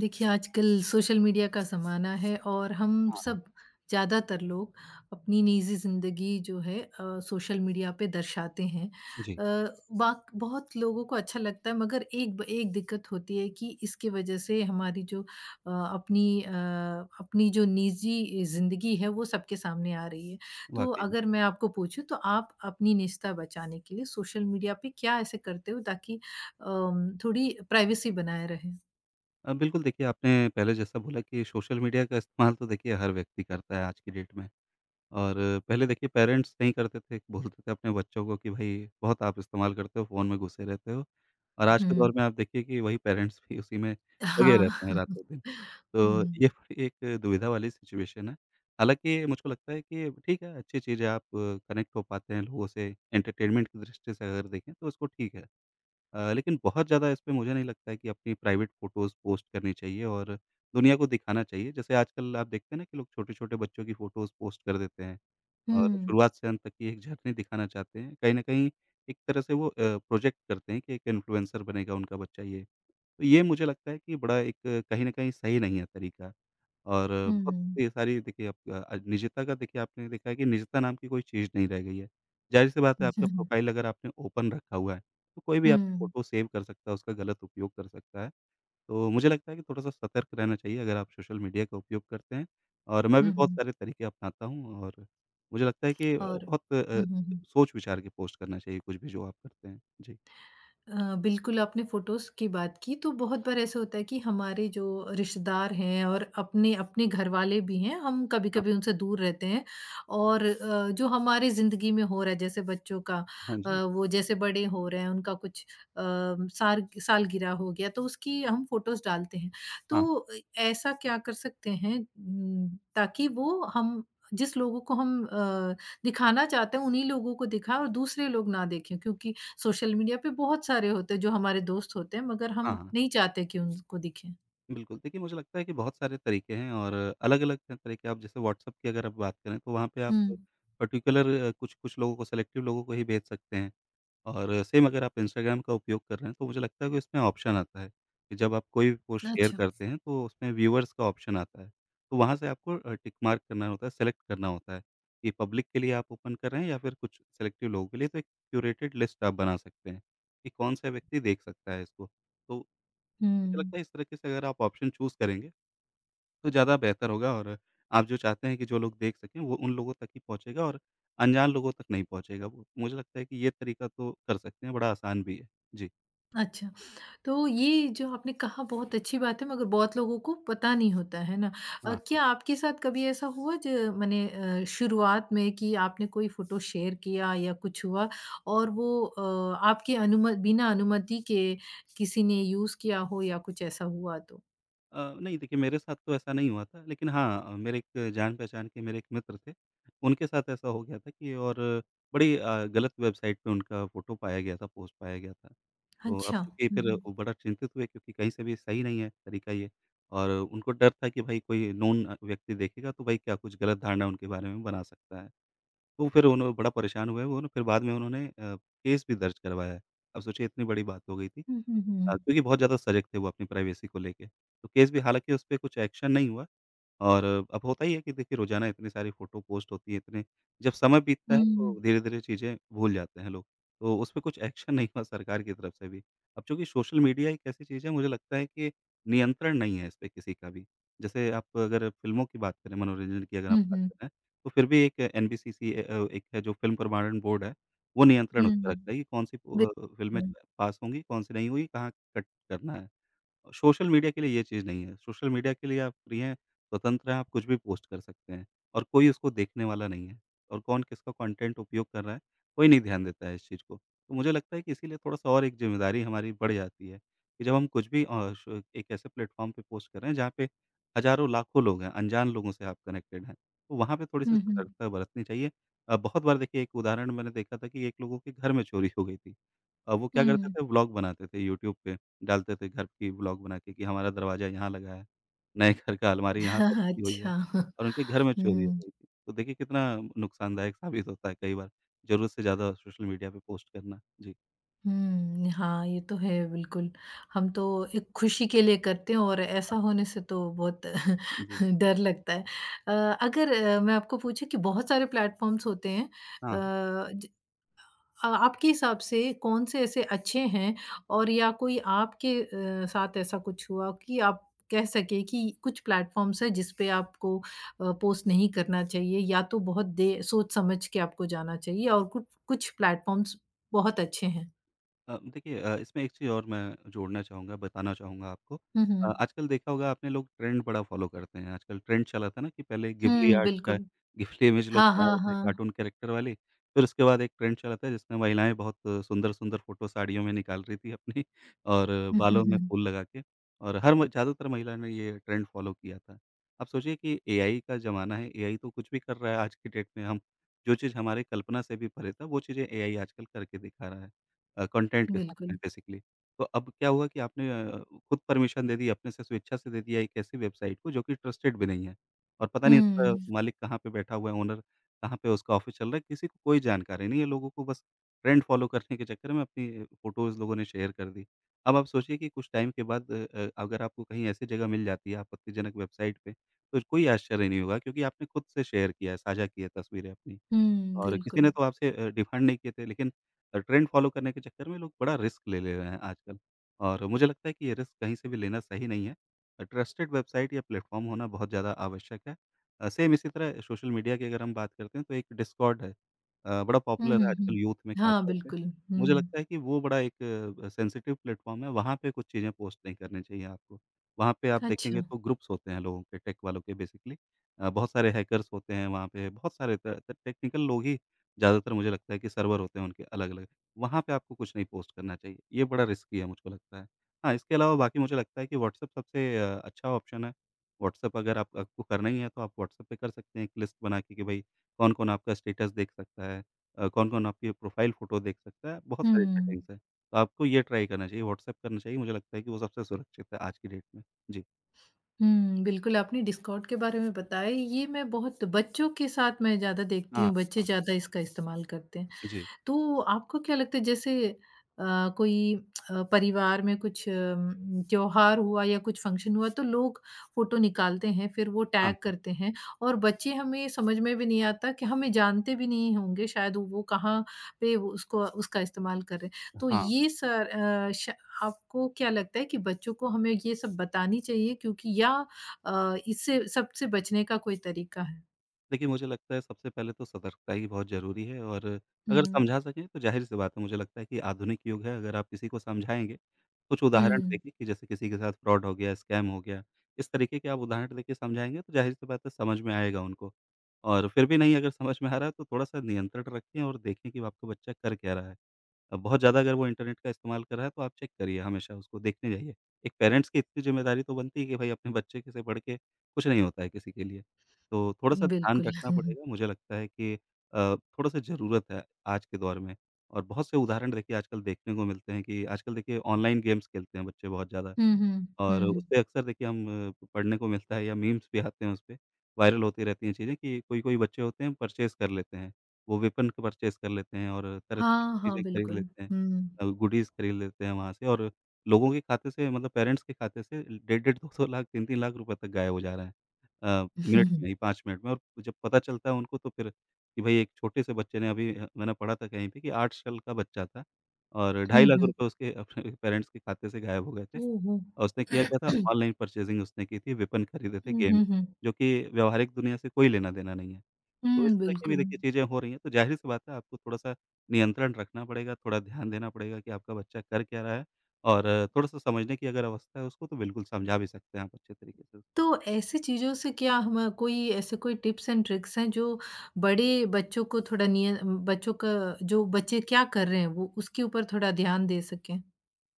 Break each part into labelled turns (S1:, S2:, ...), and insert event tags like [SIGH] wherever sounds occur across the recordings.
S1: देखिए, आजकल social media का ज़माना है और हम
S2: हाँ,
S1: सब ज़्यादातर लोग अपनी निजी ज़िंदगी जो है सोशल मीडिया पे दर्शाते हैं।
S2: जी,
S1: बाक बहुत लोगों को अच्छा लगता है मगर एक दिक्कत होती है कि इसकी वज़ह से हमारी जो अपनी अ, अपनी जो निजी ज़िंदगी है वो सबके सामने आ रही है। तो
S2: वाक़ई में।
S1: अगर मैं आपको पूछूँ तो आप अपनी निजता बचाने के लिए सोशल मीडिया पे क्या ऐसे करते हो ताकि थोड़ी प्राइवेसी बनाए रहे?
S2: बिल्कुल, देखिए, आपने पहले जैसा बोला कि सोशल मीडिया का इस्तेमाल तो देखिए हर व्यक्ति करता है आज की डेट में। और पहले देखिए पेरेंट्स नहीं करते थे, बोलते थे अपने बच्चों को कि भई बहुत आप इस्तेमाल करते हो, फ़ोन में घुसे रहते हो। और आज के
S1: हुँ।
S2: दौर में आप देखिए कि वही पेरेंट्स भी उसी में लगे
S1: हाँ।
S2: रहते हैं रातों-दिन।
S1: [LAUGHS]
S2: तो
S1: हुँ।
S2: ये बड़ी एक दुविधा वाली सिचुएशन है। हालाँकि मुझको लगता है कि ठीक है, अच्छी चीज़ है, आप कनेक्ट हो पाते हैं लोगों से। एंटरटेनमेंट की दृष्टि से अगर देखें तो उसको ठीक है। लेकिन बहुत ज़्यादा इस पे मुझे नहीं लगता है कि अपनी प्राइवेट फ़ोटोज़ पोस्ट करनी चाहिए और दुनिया को दिखाना चाहिए। जैसे आजकल आप देखते हैं ना कि लोग छोटे-छोटे बच्चों की फ़ोटोज़ पोस्ट कर देते हैं और
S1: हुँ।
S2: शुरुआत से अंत तक की एक जर्नी दिखाना चाहते हैं। कहीं न कहीं एक तरह से वो प्रोजेक्ट करते हैं कि एक इन्फ्लुएंसर बनेगा उनका बच्चा ये। तो ये मुझे लगता है कि बड़ा एक, कहीं न कहीं सही नहीं है तरीका। और
S1: हुँ,
S2: बहुत
S1: हुँ।
S2: ये सारी देखिए, आप निजता का, देखिए, आपने देखा है कि निजता नाम की कोई चीज़ नहीं रह गई है। ज़ाहिर-सी बात
S1: हुँ,
S2: है, आपका
S1: हुँ।
S2: प्रोफ़ाइल अगर आपने ओपन रखा हुआ है, तो कोई भी आपकी
S1: हुँ,
S2: फ़ोटो सेव कर सकता है, उसका गलत उपयोग कर सकता है। तो मुझे लगता है कि थोड़ा-सा सतर्क रहना चाहिए अगर आप सोशल मीडिया का उपयोग करते हैं। और मैं
S1: हुँ,
S2: भी बहुत
S1: हुँ।
S2: सारे तरीके अपनाता हूँ, और मुझे लगता है कि
S1: और
S2: बहुत
S1: हुँ, हुँ, हुँ।
S2: सोच-विचार के पोस्ट करना चाहिए कुछ भी जो आप करते हैं। जी।
S1: बिल्कुल आपने फ़ोटोज़ की बात की तो बहुत बार ऐसा होता है कि हमारे जो रिश्तेदार हैं और अपने अपने घर वाले भी हैं, हम
S2: हाँ,
S1: कभी-कभी उनसे दूर रहते हैं और जो हमारी ज़िंदगी में हो रहा है जैसे बच्चों का
S2: हाँ
S1: अ,
S2: जी।
S1: वो जैसे बड़े हो रहे हैं उनका कुछ अ, सार सालगिरह हो गया तो उसकी हम फ़ोटोज़ डालते हैं। तो
S2: हाँ,
S1: ऐसा क्या कर सकते हैं ताकि वो हम जिस लोगों को हम दिखाना चाहते हैं उन्हीं लोगों को दिखाएँ और दूसरे लोग ना देखें क्योंकि सोशल मीडिया पे बहुत सारे होते हैं जो हमारे दोस्त होते हैं मगर
S2: हाँ,
S1: हम
S2: हाँ।
S1: नहीं चाहते कि उनको दिखें।
S2: बिल्कुल, देखिए, मुझे लगता है कि बहुत सारे तरीके हैं, और अलग-अलग त तरीके, आप जैसे व्हाट्सएप की अगर आप बात करें, तो वहाँ पे आप
S1: हुँ,
S2: पर्टिकुलर कुछ-कुछ लोगों को, सेलेक्टिव लोगों को ही भेज सकते हैं। और सेम, अगर आप इंस्टाग्राम का उपयोग कर रहे हैं, तो मुझे लगता है कि इसमें ऑप्शन आता है कि जब आप कोई पोस्ट शेयर
S1: अच्छा।
S2: करते हैं तो उसमें व्यूअर्स का ऑप्शन आता है। तो वहाँ से आपको टिक मार्क करना होता है, सेलेक्ट करना होता है कि पब्लिक के लिए आप ओपन कर रहे हैं, या फिर कुछ सेलेक्टिव लोगों के लिए। तो एक क्यूरेटेड लिस्ट आप बना सकते हैं कि कौन-सा व्यक्ति देख सकता है इसको। तो मुझे
S1: हुँ।
S2: लगता है, इस तरीके से अगर आप ऑप्शन चूज़ करेंगे, तो ज़्यादा बेहतर होगा, और आप जो चाहते हैं कि जो लोग देख सकें, वो उन लोगों तक ही पहुँचेगा और अनजान लोगों तक नहीं पहुँचेगा वो। मुझे लगता है कि ये तरीका तो कर सकते हैं, बड़ा आसान भी है। जी।
S1: अच्छा, तो ये जो आपने कहा बहुत अच्छी बात है मगर बहुत लोगों को पता नहीं होता, है ना?
S2: हाँ, हाँ।
S1: क्या आपके साथ कभी ऐसा हुआ जो मने शुरुआत में कि आपने कोई फ़ोटो शेयर किया या कुछ हुआ और वो आपकी अनुम बिना अनुमति के किसी ने यूज़ किया हो या कुछ ऐसा हुआ तो?
S2: नहीं, देखिए, मेरे साथ तो ऐसा नहीं हुआ था, लेकिन हाँ, मेरे एक जान-पहचान के, मेरे एक मित्र थे, उनके साथ ऐसा हो गया था कि, और बड़ी गलत वेबसाइट पे उनका फ़ोटो पाया गया था, पोस्ट पाया गया था। तो अब
S1: अच्छा।
S2: चूँकि
S1: हुँ,
S2: फिर
S1: हुँ।
S2: वो बड़ा चिंतित हुए, क्योंकि कहीं से भी सही नहीं है तरीका ये। और उनको डर था कि भाई कोई नोन व्यक्ति देखेगा, तो भाई क्या कुछ गलत धारणा उनके बारे में बना सकता है। तो फिर उन्हों बड़ा परेशान हुए वो, ना, फिर बाद में उन्होंने केस भी दर्ज करवाया। अब सोचिए इतनी बड़ी बात हो गई थी,
S1: हुँ, हुँ, हुँ।
S2: क्योंकि बहुत ज़्यादा सजग थे वो अपनी प्राइवेसी को लेके। तो केस भी, हालाँकि, उस पे कुछ एक्शन नहीं हुआ, और अब होता ही है कि, देखिए, रोज़ाना इतनी सारी फ़ोटो पोस्ट होती है, इतने जब समय बीतता है
S1: हुँ,
S2: तो
S1: हुँ।
S2: धीरे-धीरे चीज़ें भूल जाते हैं लोग। तो उसपे कुछ एक्शन नहीं हुआ सरकार की तरफ से भी। अब चूँकि सोशल मीडिया एक ऐसी चीज़ है, मुझे लगता है कि नियंत्रण नहीं है इसपे किसी का भी। जैसे, आप अगर फ़िल्मों की बात करें, मनोरंजन की अगर आप
S1: हुँ,
S2: बात
S1: हुँ।
S2: करें, तो फिर भी एक एनबीसीसी एक है, जो फ़िल्म प्रमाणन बोर्ड है, वो नियंत्रण उस पे
S1: हुँ।
S2: रखता है कि कौन-सी फ़िल्में
S1: बिल्कुल।
S2: पास होंगी, कौन-सी नहीं हुई, कहाँ कट करना है। सोशल मीडिया के लिए ये चीज़ नहीं है। सोशल मीडिया के लिए आप फ्री हैं, स्वतंत्र हैं, आप कुछ भी पोस्ट कर सकते हैं, और कोई उसको देखने वाला नहीं है, और कौन किसका कंटेंट उपयोग कर रहा है, कोई नहीं ध्यान देता है इस चीज़ को। तो मुझे लगता है कि इसीलिए थोड़ा-सा और एक ज़िम्मेदारी हमारी बढ़ जाती है कि जब हम कुछ भी अ, श एक ऐसे प्लेटफ़ॉर्म पे पोस्ट कर रहे हैं, जहाँ पे हज़ारों, लाखों लोग हैं, अनजान लोगों से आप कनेक्टेड हैं, तो वहाँ पे थोड़ी-सी
S1: हुँ, हुँ।
S2: सतर्कता बरतनी चाहिए। बहुत बार, देखिए, एक उदाहरण मैंने देखा था कि एक लोगों के घर में चोरी हो गई थी। वो क्या करते
S1: हुँ।
S2: थे, व्लॉग बनाते थे यूट्यूब पे, डालते थे घर की व्लॉग बना के कि हमारा दरवाज़ा यहाँ लगा है, नए घर का अलमारी यहाँ पे
S1: [LAUGHS]
S2: रखी हुई है,
S1: अच्छा।
S2: और उनके घर में चोरी हो
S1: हुँ,
S2: गई थी। तो देखिए कितना नुकसानदायक साबित होता है कई बार, ज़रूरत से ज़्यादा सोशल मीडिया पे पोस्ट करना। जी।
S1: हुँ। हाँ, ये तो है बिल्कुल। हम तो एक खुशी के लिए करते हैं और ऐसा
S2: हाँ-
S1: होने से तो बहुत
S2: जी।
S1: [LAUGHS] डर लगता है। अ, अगर मैं आपको पूछूँ कि बहुत सारे प्लेटफ़ॉर्म्स होते हैं अ,
S2: हाँ।
S1: ज आपके हिसाब से कौन से ऐसे अच्छे हैं और या कोई आपके साथ ऐसा कुछ हुआ कि आप कह सके कि कुछ प्लेटफ़ॉर्म्स हैं जिस पे आपको पोस्ट नहीं करना चाहिए या तो बहुत दे सोच समझ के आपको जाना चाहिए और कुछ कुछ प्लेटफ़ॉर्म्स बहुत अच्छे हैं?
S2: देखिए, इसमें एक चीज़ और मैं जोड़ना चाहूँगा, बताना चाहूँगा आपको।
S1: हुँ, हुँ।
S2: आजकल देखा होगा आपने, लोग ट्रेंड बड़ा फ़ॉलो करते हैं, आजकल ट्रेंड चला था ना कि पहले गिबली
S1: हुँ,
S2: आर्ट का,
S1: बिल्कुल।
S2: गिबली इमेज, लोग
S1: हाँ,
S2: तैयार
S1: हाँ,
S2: होते हैं
S1: हाँ।
S2: कार्टून कैरेक्टर वाली, फिर उसके बाद एक ट्रेंड चला था जिसमें महिलाएँ बहुत सुंदर-सुंदर फ़ोटो साड़ियों में निकाल रही थी अपनी [LAUGHS] और
S1: हुँ, हुँ,
S2: बालों में
S1: हुँ।
S2: फूल लगा के, और हर म ज़्यादातर महिला ने ये ट्रेंड फ़ॉलो किया था। आप सोचिए कि एआई का ज़माना है, एआई तो कुछ भी कर रहा है आज की डेट में। हम जो चीज़ हमारे कल्पना से भी परे था, वो चीज़ें एआई आजकल करके दिखा रहा है। कंटेंट के साथ
S1: बिल्कुल।
S2: में, बेसिकली। तो अब क्या हुआ कि आपने खुद परमिशन दे दी, अपने से स्वेच्छा से दे दिया एक ऐसी वेबसाइट को जो कि ट्रस्टेड भी नहीं है, और पता नहीं उसका
S1: हुँ,
S2: मालिक कहाँ पे बैठा हुआ है, ओनर कहाँ पे उसका ऑफ़िस चल रहा है, किसी को कोई जानकारी नहीं है। लोगों को बस ट्रेंड फ़ॉलो करने के चक्कर में अपनी फ़ोटोज़ लोगों ने शेयर कर दी। अब आप सोचिए कि कुछ टाइम के बाद अगर आपको कहीं ऐसी जगह मिल जाती है, आपत्तिजनक वेबसाइट पे, तो कोई आश्चर्य नहीं होगा, क्योंकि आपने खुद से शेयर किया है, साझा किया है तस्वीरें अपनी।
S1: हुँ,
S2: और किसी
S1: बिल्कुल।
S2: ने तो आपसे डिमांड नहीं किए थे, लेकिन ट्रेंड फ़ॉलो करने के चक्कर में लोग बड़ा रिस्क ले ले रहे हैं आजकल, और मुझे लगता है कि ये रिस्क कहीं से भी लेना सही नहीं है। ट्रस्टेड वेबसाइट या प्लेटफ़ॉर्म होना बहुत ज़्यादा आवश्यक है। सेम इसी तरह, सोशल मीडिया की अगर हम बात करते हैं, तो एक डिस्कॉर्ड है। बड़ा
S1: हुँ,
S2: पॉपुलर है
S1: हुँ,
S2: आजकल
S1: हुँ।
S2: यूथ में, ख़ास
S1: हाँ,
S2: तौर पे।
S1: बिल्कुल।
S2: मुझे
S1: हुँ,
S2: लगता है कि वो बड़ा एक सेंसिटिव प्लेटफ़ॉर्म है, वहाँ पे कुछ चीज़ें पोस्ट नहीं करनी चाहिए आपको। वहाँ पे आप देखेंगे
S1: अच्छा।
S2: तो ग्रुप्स होते हैं लोगों के, टेक वालों के, बेसिकली। बहुत सारे हैकर्स होते हैं वहाँ पे, बहुत सारे त त टेक्निकल लोग ही ज़्यादातर। मुझे लगता है कि सर्वर होते हैं उनके अलग-अलग। वहाँ पे आपको कुछ नहीं पोस्ट करना चाहिए, ये बड़ा रिस्की है, मुझको लगता है। हाँ, इसके अलावा बाकी मुझे लगता है कि व्हाट्सएप सबसे अच्छा ऑप्शन है। व्हाट्सएप, अगर आप आपको करना ही है, तो आप व्हाट्सएप पे कर सकते हैं एक लिस्ट बना के कि भई कौन-कौन आपका स्टेटस देख सकता है, कौन-कौन आपकी प्रोफ़ाइल फ़ोटो देख सकता है, बहुत सारी
S1: हुँ।
S2: सेटिंग्स हैं। तो आपको ये ट्राई करना चाहिए, व्हाट्सएप करना चाहिए, मुझे लगता है कि वो सबसे सुरक्षित है आज की डेट में। जी।
S1: हुँ, बिल्कुल आपने डिस्कॉर्ड के बारे में बताया ये मैं बहुत बच्चों के साथ मैं ज़्यादा देखती
S2: हाँ,
S1: हूँ, बच्चे
S2: हाँ।
S1: ज़्यादा इसका इस्तेमाल करते हैं।
S2: जी।
S1: तो आपको क्या लगता है जैसे कोई परिवार में कुछ त्योहार हुआ या कुछ फंक्शन हुआ तो लोग फोटो निकालते हैं फिर वो
S2: हाँ,
S1: टैग
S2: हाँ।
S1: करते हैं और बच्चे हमें समझ में भी नहीं आता कि हमें जानते भी नहीं होंगे शायद वो कहाँ पे वो उसको उसका इस्तेमाल कर रहे हैं तो
S2: हाँ।
S1: ये सर अ, श- आपको क्या लगता है कि बच्चों को हमें ये सब बतानी चाहिए क्योंकि या इससे सबसे बचने का कोई तरीका है
S2: देखिए, मुझे लगता है सबसे पहले तो सतर्कता ही बहुत ज़रूरी है, और अगर
S1: हम्म
S2: समझा सकें तो ज़ाहिर-सी बात है, मुझे लगता है कि आधुनिक युग है, अगर आप किसी को समझाएँगे, कुछ उदाहरण
S1: हम्म
S2: देके कि जैसे किसी के साथ फ्रॉड हो गया, स्कैम हो गया, इस तरीके के आप उदाहरण देके समझाएँगे, तो ज़ाहिर-सी बात है समझ में आएगा उनको। और फिर भी नहीं अगर समझ में आ रहा है, तो थोड़ा-सा नियंत्रण रखें, और देखें कि आपका बच्चा कर क्या रहा है। बहुत ज़्यादा अगर वो इंटरनेट का इस्तेमाल कर रहा है, तो आप चेक करिए हमेशा उसको, देखने जाइए। एक पेरेंट्स की इतनी ज़िम्मेदारी तो बनती है कि भाई अपने बच्चे के से बढ़ के कुछ नहीं होता है किसी के लिए। तो थोड़ा-सा ध्यान
S1: बिल्कुल
S2: रखना
S1: [LAUGHS]
S2: पड़ेगा, मुझे लगता है कि थोड़ा-सा ज़रूरत है आज के दौर में। और बहुत से उदाहरण देखिए आजकल देखने को मिलते हैं कि आजकल, देखिए, ऑनलाइन गेम्स खेलते हैं बच्चे बहुत ज़्यादा।
S1: हम्म हम्म
S2: और
S1: हम्म
S2: उसपे अक्सर, देखिए, हम पढ़ने को मिलता है, या मीम्स भी आते हैं उसपे, वायरल होती रहती हैं चीज़ें कि कोई-कोई बच्चे होते हैं परचेज़ कर लेते हैं। वो वेपन को परचेज़ कर लेते हैं और तरह-तरह की
S1: हाँ, हाँ,
S2: चीज़ें खरीद
S1: बिल्कुल।
S2: लेते हैं।
S1: हुँ।
S2: गुडीज़ खरीद लेते हैं वहाँ से। और लोगों के खाते से, मतलब पेरेंट्स के खाते से, डेढ़-डेढ़, 2-2 लाख, 3-3 लाख रुपए तक गायब हो जा रहे हैं। मिनट में ही, 5 मिनट में। और जब पता चलता है उनको, तो फिर कि भई, एक छोटे से बच्चे ने अभी, मैंने पढ़ा था कहीं पे कि 8 साल का बच्चा था और ढाई
S1: हुँ,
S2: लाख
S1: हुँ।
S2: रुपए उसके अपने पेरेंट्स के खाते से गायब हो गए थे।
S1: ओह हो!
S2: और उसने किया क्या था, ऑनलाइन परचेज़िंग उसने की थी, वेपन खरीदे थे
S1: हुँ,
S2: गेम,
S1: हुँ, हुँ।
S2: जो कि व्यावहारिक दुनिया से कोई लेना-देना नहीं है। तो इस
S1: हुँ, [LAUGHS]
S2: तरह की भी
S1: बिल्कुल।
S2: देखिए चीज़ें हो रही हैं, तो ज़ाहिर-सी बात है, आपको थोड़ा-सा नियंत्रण रखना पड़ेगा, थोड़ा ध्यान देना पड़ेगा कि आपका बच्चा कर क्या रहा है, और थोड़ा-सा समझने की अगर अवस्था है उसको, तो बिल्कुल समझा भी सकते हैं आप अच्छे तरीके से
S1: तो
S2: उसको।
S1: ऐसी चीज़ों से क्या हम कोई ऐसे कोई टिप्स एंड ट्रिक्स हैं जो बड़े बच्चों को थोड़ा निय बच्चों का जो बच्चे क्या कर रहे हैं वो उसके ऊपर थोड़ा ध्यान दे सकें?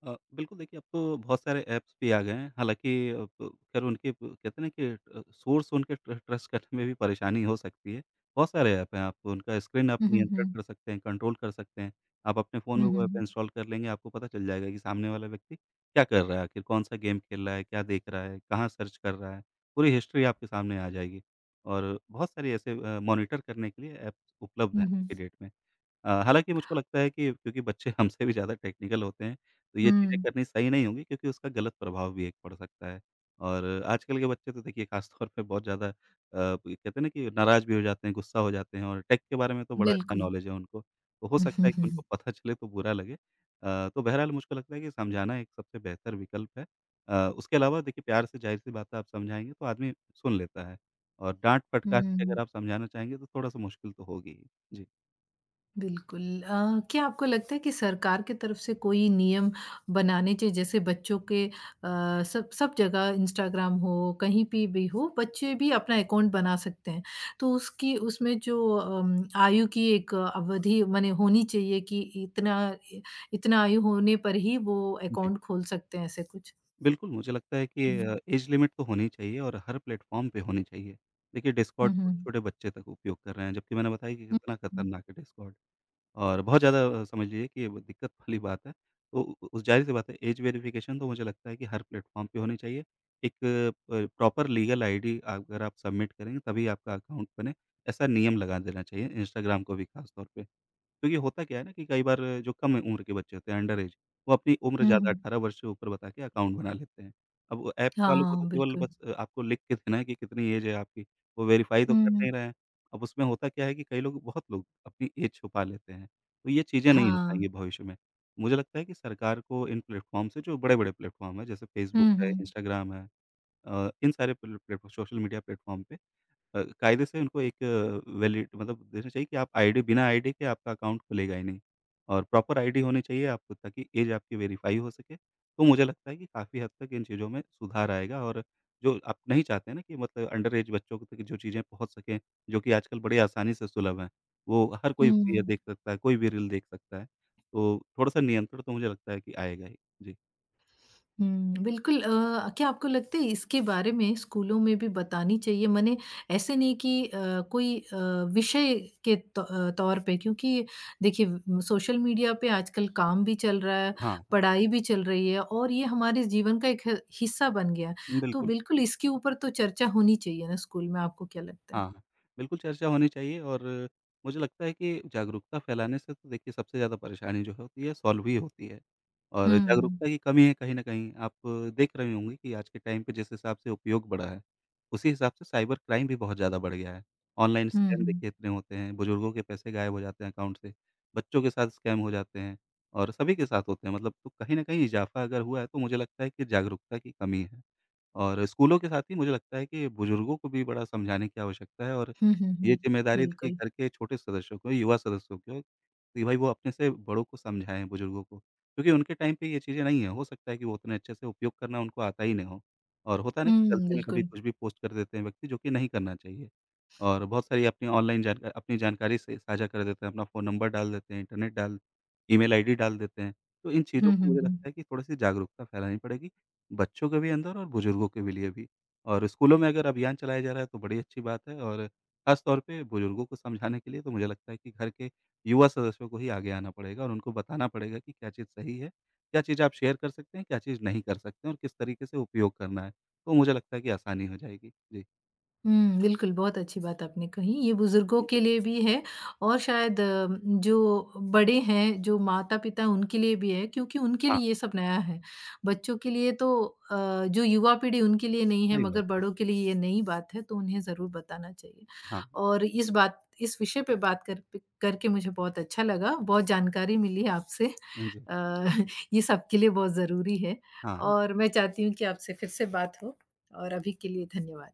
S2: बिल्कुल देखिए, अब तो बहुत सारे ऐप्स भी आ गए हैं, हालाँकि अब ख़ैर उनके प कहते हैं ना कि सोर्स उनके ट्रस्ट करने में भी परेशानी हो सकती है। बहुत सारे ऐप हैं, आप उनका स्क्रीन आप
S1: हुँ, हुँ,
S2: नियंत्रित
S1: हुँ।
S2: कर सकते हैं, कंट्रोल कर सकते हैं। आप अपने फ़ोन में
S1: हुँ, हुँ,
S2: वो ऐप
S1: हुँ।
S2: इंस्टॉल कर लेंगे, आपको पता चल जाएगा कि सामने वाला व्यक्ति क्या कर रहा है आखिर, कौन-सा गेम खेल रहा है, क्या देख रहा है, कहाँ सर्च कर रहा है, पूरी हिस्ट्री आपके सामने आ जाएगी। और बहुत सारे ऐसे मॉनिटर करने के लिए ऐप्स उपलब्ध
S1: हुँ,
S2: हैं आज
S1: हुँ।
S2: की डेट में। हालाँकि मुझको लगता है कि क्योंकि बच्चे [LAUGHS] हमसे भी ज़्यादा टेक्निकल होते हैं, तो ये चीज़ें
S1: हुँ,
S2: करनी सही नहीं होंगी, क्योंकि उसका गलत प्रभाव भी एक पड़ सकता है। और आजकल के बच्चे तो देखिए ख़ास तौर पे बहुत ज़्यादा कहते हैं ना कि नाराज़ भी हो जाते हैं, गुस्सा हो जाते हैं, और टेक के बारे में तो बड़ा अच्छा
S1: बिल्कुल।
S2: नॉलेज है उनको, तो हो
S1: हुँ,
S2: सकता
S1: हुँ,
S2: है कि
S1: हुँ, हुँ।
S2: उनको पता चले तो बुरा लगे। तो बहरहाल मुझको लगता है कि समझाना एक सबसे बेहतर विकल्प है। उसके अलावा देखिए प्यार से ज़ाहिर-सी बात है, आप समझाएँगे तो आदमी सुन लेता है, और डाँट-फटकार के
S1: हुँ।
S2: अगर आप समझाना चाहेंगे तो थोड़ा-सा मुश्किल तो होगी ही। जी।
S1: बिल्कुल। क्या आपको लगता है कि सरकार की तरफ से कोई नियम बनाने चाहिए जैसे बच्चों के सब सब जगह इंस्टाग्राम हो, कहीं पे भी हो, बच्चे भी अपना अकाउंट बना सकते हैं। तो उसकी उसमें जो आयु की एक अवधि माने होनी चाहिए कि इतना इ इतना आयु होने पर ही वो
S2: जी।
S1: अकाउंट खोल सकते हैं, ऐसे कुछ?
S2: बिल्कुल, मुझे लगता है कि ऐज लिमिट तो होनी चाहिए, और हर प्लेटफ़ॉर्म पे होनी चाहिए। देखिए
S1: हुँ,
S2: डिस्कॉर्ड
S1: हुँ, हुँ।
S2: छोटे-छोटे बच्चे तक उपयोग कर रहे हैं, जबकि मैंने बताया कि
S1: हुँ,
S2: कितना
S1: हुँ।
S2: खतरनाक है डिस्कॉर्ड। और बहुत ज़्यादा, समझ लीजिए कि वो दिक्कत वाली बात है। तो उ उ ज़ाहिर-सी बात है, ऐज वेरिफ़िकेशन तो मुझे लगता है कि हर प्लेटफ़ॉर्म पे होनी चाहिए। एक प प्रॉपर लीगल आईडी अगर आप सबमिट करेंगे तभी आपका अकाउंट बने, ऐसा नियम लगा देना चाहिए इंस्टाग्राम को भी ख़ास तौर पे। क्योंकि होता क्या है ना कि कई बार जो कम उम्र के बच्चे होते हैं अंडर एज, वो अपनी उम्र
S1: हुँ,
S2: ज़्यादा
S1: हुँ।
S2: 18 वर्ष से ऊपर बता के अकाउंट बना लेते हैं। अब वो ऐप वालों को तो
S1: हाँ,
S2: केवल
S1: बिल्कुल।
S2: बस आपको लिख के देना है कि कितनी एज है आपकी, वो वेरीफ़ाई तो
S1: हुँ,
S2: कर
S1: हुँ।
S2: नहीं रहे हैं। अब उसमें होता क्या है कि कई लोग, बहुत लोग अपनी एज छुपा लेते हैं, तो ये चीज़ें नहीं हो
S1: हाँ।
S2: पाएँगी भविष्य में। मुझे लगता है कि सरकार को इन प्लेटफ़ॉर्म से, जो बड़े-बड़े प्लेटफ़ॉर्म हैं जैसे फ़ेसबुक
S1: हुँ,
S2: है,
S1: हुँ।
S2: इंस्टाग्राम है, इन सारे प्लेटफ़ॉर्म, सोशल मीडिया प्लेटफ़ॉर्म पे कायदे से उनको एक वैलिड, मतलब देना चाहिए कि आप आईडी, बिना आईडी के आपका अकाउंट खुलेगा ही नहीं, और प्रॉपर आईडी होनी चाहिए आपको, ताकि एज आपकी वेरीफाई हो सके। तो मुझे लगता है कि काफ़ी हद तक इन चीज़ों में सुधार आएगा, और जो आप नहीं चाहते हैं ना, कि मतलब अंडर एज बच्चों तक जो चीज़ें पहुँच सकें, जो कि आजकल बड़ी आसानी से सुलभ हैं। वो हर कोई
S1: हुँ,
S2: फ्री है,
S1: हुँ।
S2: देख सकता है, कोई भी रील देख सकता है। तो थोड़ा-सा नियंत्रण तो मुझे लगता है कि आएगा ही। जी।
S1: हुँ, बिल्कुल क्या आपको लगता है इसके बारे में स्कूलों में भी बतानी चाहिए? माने ऐसे नहीं कि कोई विषय के तौ तौर पे क्योंकि देखिए सोशल मीडिया पे आजकल काम भी चल रहा है,
S2: हाँ, हाँ।
S1: पढ़ाई भी चल रही है और ये हमारे जीवन का एक ह हिस्सा बन गया है। तो
S2: बिल्कुल।
S1: बिल्कुल इसके ऊपर तो चर्चा होनी चाहिए ना स्कूल में, आपको क्या लगता है?
S2: हाँ, बिल्कुल चर्चा होनी चाहिए, और मुझे लगता है कि जागरूकता फैलाने से तो देखिए सबसे ज़्यादा परेशानी जो होती है सॉल्व ही होती है। और
S1: हुँ,
S2: जागरूकता की कमी है कहीं न कहीं, आप देख रहे होंगे कि आज के टाइम पे जिस हिसाब से उपयोग बढ़ा है, उसी हिसाब से साइबर क्राइम भी बहुत ज़्यादा बढ़ गया है। ऑनलाइन
S1: हुँ,
S2: स्कैम
S1: हुँ।
S2: देखिए इतने होते हैं, बुजुर्गों के पैसे गायब हो जाते हैं अकाउंट से, बच्चों के साथ स्कैम हो जाते हैं, और सभी के साथ होते हैं, मतलब तो कहीं न कहीं इज़ाफ़ा अगर हुआ है तो मुझे लगता है कि जागरूकता की कमी है। और स्कूलों के साथ ही मुझे लगता है कि बुजुर्गों को भी बड़ा समझाने की आवश्यकता है, और
S1: हुँ, हुँ, हुँ।
S2: ये जिम्मेदारी देखिए
S1: बिल्कुल।
S2: घर के छोटे सदस्यों को, युवा सदस्यों को, कि भाई वो अपने से बड़ों को समझाएँ, बुजुर्गों को। क्योंकि उनके टाइम पे ये चीज़ें नहीं हैं, हो सकता है कि वो उतने अच्छे से उपयोग करना उनको आता ही ना हो, और होता है ना कि
S1: हुँ,
S2: गलती में कभी
S1: बिल्कुल।
S2: कुछ भी पोस्ट कर देते हैं व्यक्ति, जो कि नहीं करना चाहिए। और बहुत सारी अपनी ऑनलाइन जानकारी से साझा कर देते हैं, अपना फ़ोन नंबर डाल देते हैं, इंटरनेट डाल ईमेल आईडी डाल देते हैं। तो इन चीज़ों
S1: हुँ,
S2: को
S1: हुँ,
S2: मुझे
S1: हुँ।
S2: लगता है कि थोड़ी-सी जागरूकता फैलानी पड़ेगी बच्चों के भी अंदर, और बुजुर्गों के भी लिए भी। और स्कूलों में अगर अभियान चलाया जा रहा है तो बड़ी अच्छी बात है, और ख़ास तौर पे बुजुर्गों को समझाने के लिए तो मुझे लगता है कि घर के युवा सदस्यों को ही आगे आना पड़ेगा, और उनको बताना पड़ेगा कि क्या चीज़ सही है, क्या चीज़ आप शेयर कर सकते हैं, क्या चीज़ नहीं कर सकते हैं, और किस तरीके से उपयोग करना है। तो मुझे लगता है कि आसानी हो जाएगी। जी।
S1: हुँ, बिल्कुल, बहुत अच्छी बात आपने कही। ये बुज़ुर्गों
S2: जी।
S1: के लिए भी है और शायद जो बड़े हैं, जो माता-पिता उनके लिए भी है क्योंकि उनके
S2: हाँ,
S1: लिए ये सब नया है। बच्चों के लिए तो अ, जो युवा पीढ़ी उनके लिए नहीं है
S2: सही
S1: मगर
S2: बात है।
S1: बड़ों के लिए ये नई बात है तो उन्हें ज़रूर बताना चाहिए।
S2: हाँ,
S1: और इस विषय पे बात कर प करके मुझे बहुत अच्छा लगा, बहुत जानकारी मिली आपसे।
S2: हाँ जी।
S1: अ, [LAUGHS] ये सबके लिए बहुत ज़रूरी है
S2: हाँ,
S1: और मैं चाहती हूँ कि आपसे फिर से बात हो और अभी के लिए धन्यवाद।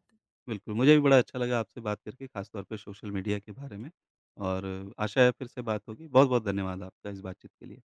S2: बिल्कुल मुझे भी बड़ा अच्छा लगा आपसे बात करके, ख़ास तौर पे सोशल मीडिया के बारे में, और आशा है फिर से बात होगी। बहुत-बहुत धन्यवाद आपका इस बातचीत के लिए।